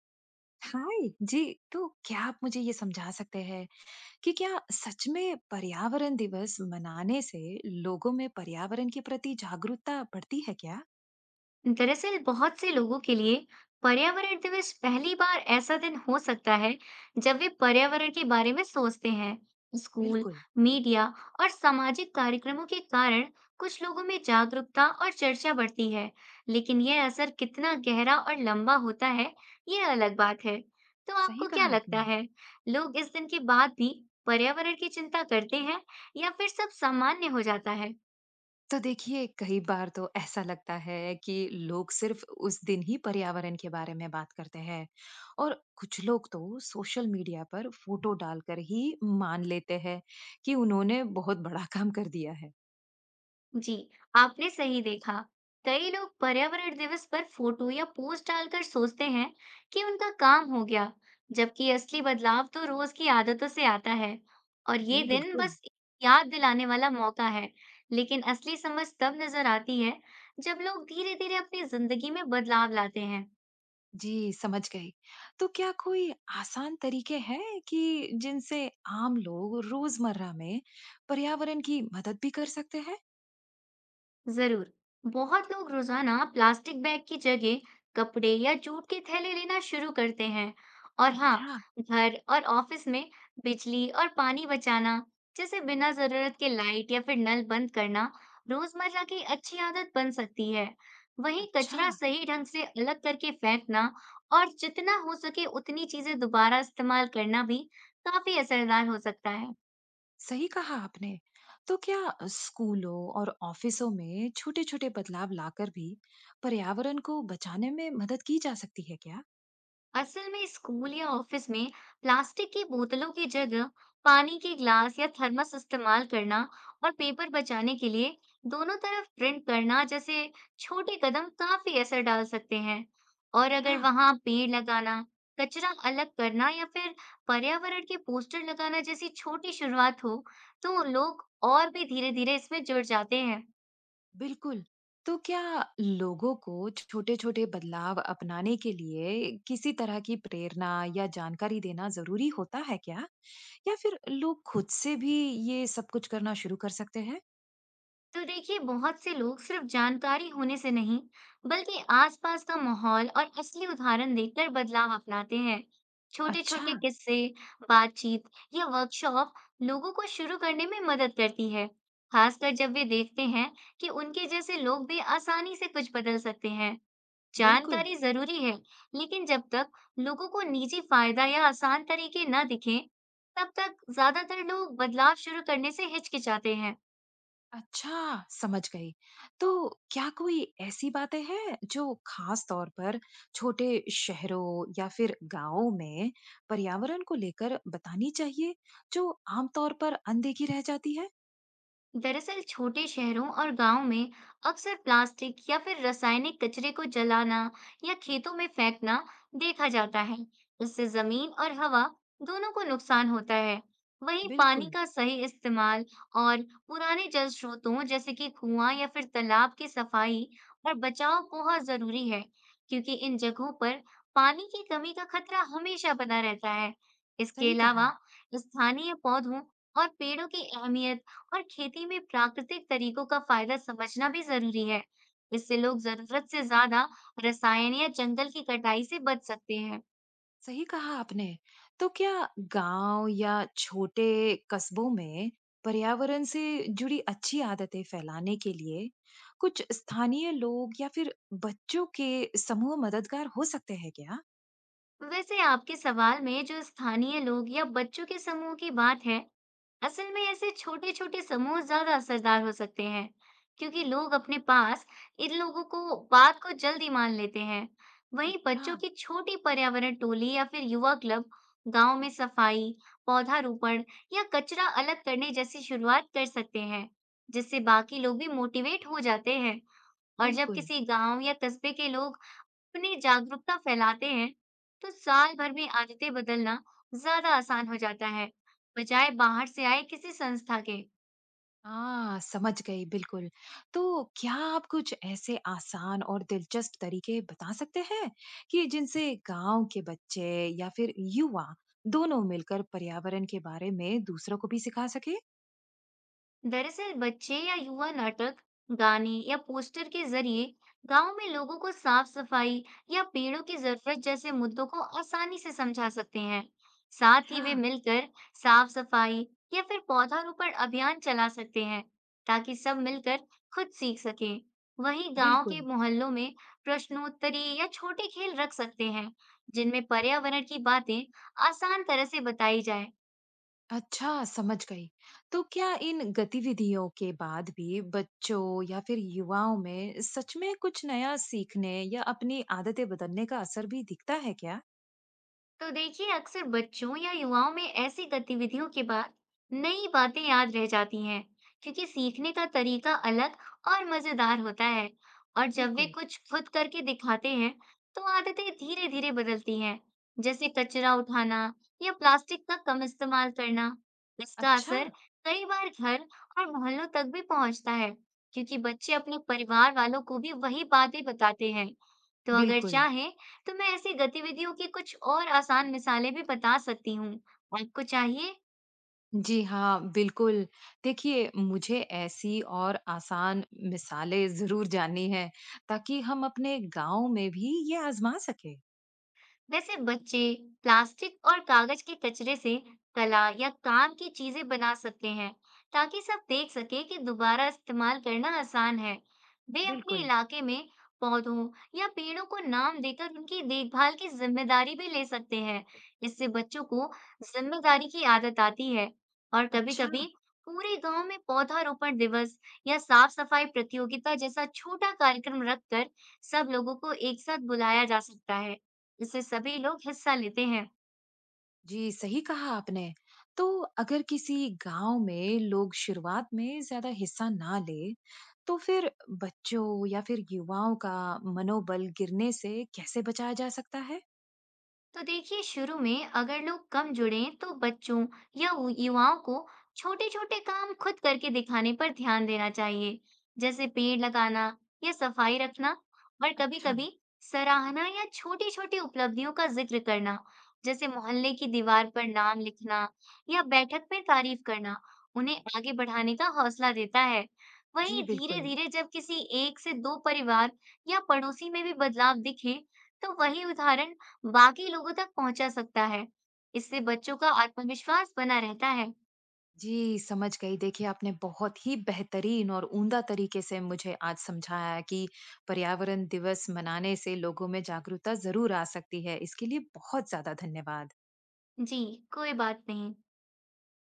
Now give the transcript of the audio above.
हाय जी। तो क्या आप मुझे ये समझा सकते हैं कि क्या सच में पर्यावरण दिवस मनाने से लोगों में पर्यावरण के प्रति जागरूकता बढ़ती है क्या? दरअसल बहुत से लोगों के लिए पर्यावरण दिवस पहली बार ऐसा दिन हो सकता है जब वे पर्यावरण के बारे में सोचते हैं। स्कूल, बिल्कुल। मीडिया और सामाजिक कार्यक्रमों के कारण कुछ लोगों में जागरूकता और चर्चा बढ़ती है, लेकिन यह असर कितना गहरा और लंबा होता है, यह अलग बात है। तो सही आपको क्या कहा लगता आपने। है? लोग इस दिन के बाद भी पर्यावरण की चिंता करते हैं या फिर सब सामान्य हो जाता है? तो देखिए, कई बार तो ऐसा लगता है कि लोग सिर्फ उस दिन ही पर्यावरण के बारे में बात करते हैं, और कुछ लोग तो सोशल मीडिया पर फोटो डालकर ही मान लेते हैं कि उन्होंने बहुत बड़ा काम कर दिया है। जी, आपने सही देखा। कई लोग पर्यावरण दिवस पर फोटो या पोस्ट डालकर सोचते हैं कि उनका काम हो गया, जबकि असली बदलाव तो रोज की आदतों से आता है और जी ये दिन बिल्कुल। बस एक याद दिलाने वाला मौका है। लेकिन असली समझ तब नजर आती है जब लोग धीरे धीरे अपनी जिंदगी में बदलाव लाते हैं। जी, समझ गई। तो क्या कोई आसान तरीके हैं कि जिनसे आम लोग रोज़मर्रा में पर्यावरण की मदद भी कर सकते हैं? जरूर। बहुत लोग रोजाना प्लास्टिक बैग की जगह कपड़े या जूट के थैले लेना शुरू करते हैं। और हाँ, अच्छा। घर और ऑफिस में बिजली और पानी बचाना, जैसे बिना जरूरत के लाइट या फिर नल बंद करना, रोजमर्रा की अच्छी आदत बन सकती है। वहीं अच्छा, कचरा सही ढंग से अलग करके फेंकना और जितना हो सके उतनी चीजें दोबारा इस्तेमाल करना भी काफी असरदार हो सकता है। सही कहा आपने। तो क्या स्कूलों और ऑफिसों में छोटे-छोटे बदलाव लाकर भी पर्यावरण को बचाने में मदद की जा सकती है क्या? असल में स्कूल या ऑफिस में प्लास्टिक की बोतलों की जगह पानी के ग्लास या थर्मस इस्तेमाल करना और पेपर बचाने के लिए दोनों तरफ प्रिंट करना जैसे छोटे कदम काफी असर डाल सकते हैं। और अच्छा। अगर वहां पेड़ लगाना, कचरा अलग करना या फिर पर्यावरण के पोस्टर लगाना जैसी छोटी शुरुआत हो, तो लोग और भी धीरे धीरे इसमें जुड़ जाते हैं। बिल्कुल। तो क्या लोगों को छोटे-छोटे बदलाव अपनाने के लिए किसी तरह की प्रेरणा या जानकारी देना ज़रूरी होता है क्या? या फिर लोग खुद से भी ये सब कुछ करना शुरू कर सकते हैं? तो देखिए, बहुत से लोग सिर्फ जानकारी होने से नहीं बल्कि आसपास का माहौल और असली उदाहरण देखकर बदलाव अपनाते हैं। छोटे अच्छा, छोटे किस्से, बातचीत या वर्कशॉप लोगों को शुरू करने में मदद करती है, खासकर जब वे देखते हैं कि उनके जैसे लोग भी आसानी से कुछ बदल सकते हैं। बिल्कुल। जानकारी जरूरी है, लेकिन जब तक लोगों को निजी फायदा या आसान तरीके न दिखें, तब तक ज्यादातर लोग बदलाव शुरू करने से हिचकिचाते हैं। अच्छा, समझ गई। तो क्या कोई ऐसी बातें हैं जो ख़ास तौर पर छोटे शहरों या फिर गाँवों में पर्यावरण को लेकर बतानी चाहिए, जो आम तौर पर अनदेखी रह जाती है? दरअसल छोटे शहरों और गांवों में अक्सर प्लास्टिक या फिर रासायनिक कचरे को जलाना या खेतों में फेंकना देखा जाता है। इससे जमीन और हवा दोनों को नुकसान होता है। वहीं पानी बिल्कुल। का सही इस्तेमाल और पुराने जल स्रोतों जैसे कि कुआं या फिर तालाब की सफाई और बचाव बहुत जरूरी है, क्योंकि इन जगहों पर पानी की कमी का खतरा हमेशा बना रहता है। इसके सही अलावा कहा स्थानीय पौधों और पेड़ों की अहमियत और खेती में प्राकृतिक तरीकों का फायदा समझना भी जरूरी है। इससे लोग जरूरत से ज्यादा रसायन या जंगल की कटाई से बच सकते हैं। सही कहा आपने। तो क्या गांव या छोटे कस्बों में पर्यावरण से जुड़ी अच्छी आदतें फैलाने के लिए कुछ स्थानीय लोग या फिर बच्चों के समूह मददगार हो सकते हैं क्या? वैसे आपके सवाल में जो स्थानीय लोग या बच्चों के समूह की बात है, असल में ऐसे छोटे छोटे समूह ज्यादा असरदार हो सकते हैं, क्योंकि लोग अपने पास इन लोगों को बात को जल्दी मान लेते हैं। वहीं अच्छा। बच्चों की छोटी पर्यावरण टोली या फिर युवा क्लब गांव में सफाई, पौधारोपण या कचरा अलग करने जैसी शुरुआत कर सकते हैं, जिससे बाकी लोग भी मोटिवेट हो जाते हैं। और जब बिल्कुल। किसी गांव या कस्बे के लोग अपनी जागरूकता फैलाते हैं, तो साल भर में आदतें बदलना ज्यादा आसान हो जाता है, बजाय बाहर से आए किसी संस्था के। हाँ, समझ गई बिल्कुल। तो क्या आप कुछ ऐसे आसान और दिलचस्प तरीके बता सकते हैं कि जिनसे गांव के बच्चे या फिर युवा दोनों मिलकर पर्यावरण के बारे में दूसरों को भी सिखा सके? दरअसल बच्चे या युवा नाटक, गाने या पोस्टर के जरिए गांव में लोगों को साफ सफाई या पेड़ों की जरूरत जैसे मुद्दों को आसानी से समझा सकते हैं। साथ ही अच्छा। वे मिलकर साफ सफाई या फिर पौधारोपण अभियान चला सकते हैं, ताकि सब मिलकर खुद सीख सकें। वहीं गांव के बिल्कुल। मोहल्लों में प्रश्नोत्तरी या छोटे खेल रख सकते हैं, जिनमें पर्यावरण की बातें आसान तरह से बताई जाए। अच्छा, समझ गई। तो क्या इन गतिविधियों के बाद भी बच्चों या फिर युवाओं में सच में कुछ नया सीखने या अपनी आदतें बदलने का असर भी दिखता है क्या? तो देखिए, अक्सर बच्चों या युवाओं में ऐसी गतिविधियों के बाद नई बातें याद रह जाती हैं, क्योंकि सीखने का तरीका अलग और मजेदार होता है। और जब वे बिल्कुल। कुछ खुद करके दिखाते हैं, तो आदतें धीरे धीरे बदलती हैं, जैसे कचरा उठाना या प्लास्टिक का कम इस्तेमाल करना। इसका अच्छा, असर कई बार घर और मोहल्लों तक भी पहुंचता है, क्योंकि बच्चे अपने परिवार वालों को भी वही बातें बताते हैं। तो अगर बिल्कुल। चाहें तो मैं ऐसी गतिविधियों की कुछ और आसान मिसालें भी बता सकती हूँ। आपको चाहिए? जी हाँ, बिल्कुल। देखिए, मुझे ऐसी और आसान मिसालें ज़रूर जाननी हैं, ताकि हम अपने गाँव में भी ये आज़मा सकें। वैसे बच्चे प्लास्टिक और कागज के कचरे से कला या काम की चीजें बना सकते हैं, ताकि सब देख सके कि दोबारा इस्तेमाल करना आसान है। वे अपने बिल्कुल। इलाके में पौधों या पेड़ों को नाम देकर उनकी देखभाल की जिम्मेदारी भी ले सकते हैं। इससे बच्चों को जिम्मेदारी की आदत आती है। और अच्छा, कभी-कभी पूरे गांव में पौधारोपण दिवस या साफ सफाई प्रतियोगिता जैसा छोटा कार्यक्रम रखकर सब लोगों को एक साथ बुलाया जा सकता है। इससे सभी लोग हिस्सा लेते हैं। जी सही कहा आपने। तो अगर किसी गाँव में लोग शुरुआत में ज़्यादा हिस्सा ना लें, तो फिर बच्चों या फिर युवाओं का मनोबल गिरने से कैसे बचाया जा सकता है? तो देखिए, शुरू में अगर लोग कम जुड़ें तो बच्चों या युवाओं को छोटे छोटे काम खुद करके दिखाने पर ध्यान देना चाहिए, जैसे पेड़ लगाना या सफाई रखना। और कभी अच्छा, कभी सराहना या छोटी छोटी उपलब्धियों का जिक्र करना, जैसे मोहल्ले की दीवार पर नाम लिखना या बैठक में तारीफ करना, उन्हें आगे बढ़ाने का हौसला देता है। जी वहीं धीरे बिल्कुल। धीरे जब किसी एक से दो परिवार या पड़ोसी में भी बदलाव दिखे, तो वही उदाहरण बाकी लोगों तक पहुंचा सकता है। इससे बच्चों का आत्मविश्वास बना रहता है। जी, समझ गई। देखिए, आपने बहुत ही बेहतरीन और उम्दा तरीके से मुझे आज समझाया कि पर्यावरण दिवस मनाने से लोगों में जागरूकता ज़रूर आ सकती है। इसके लिए बहुत ज़्यादा धन्यवाद। जी, कोई बात नहीं।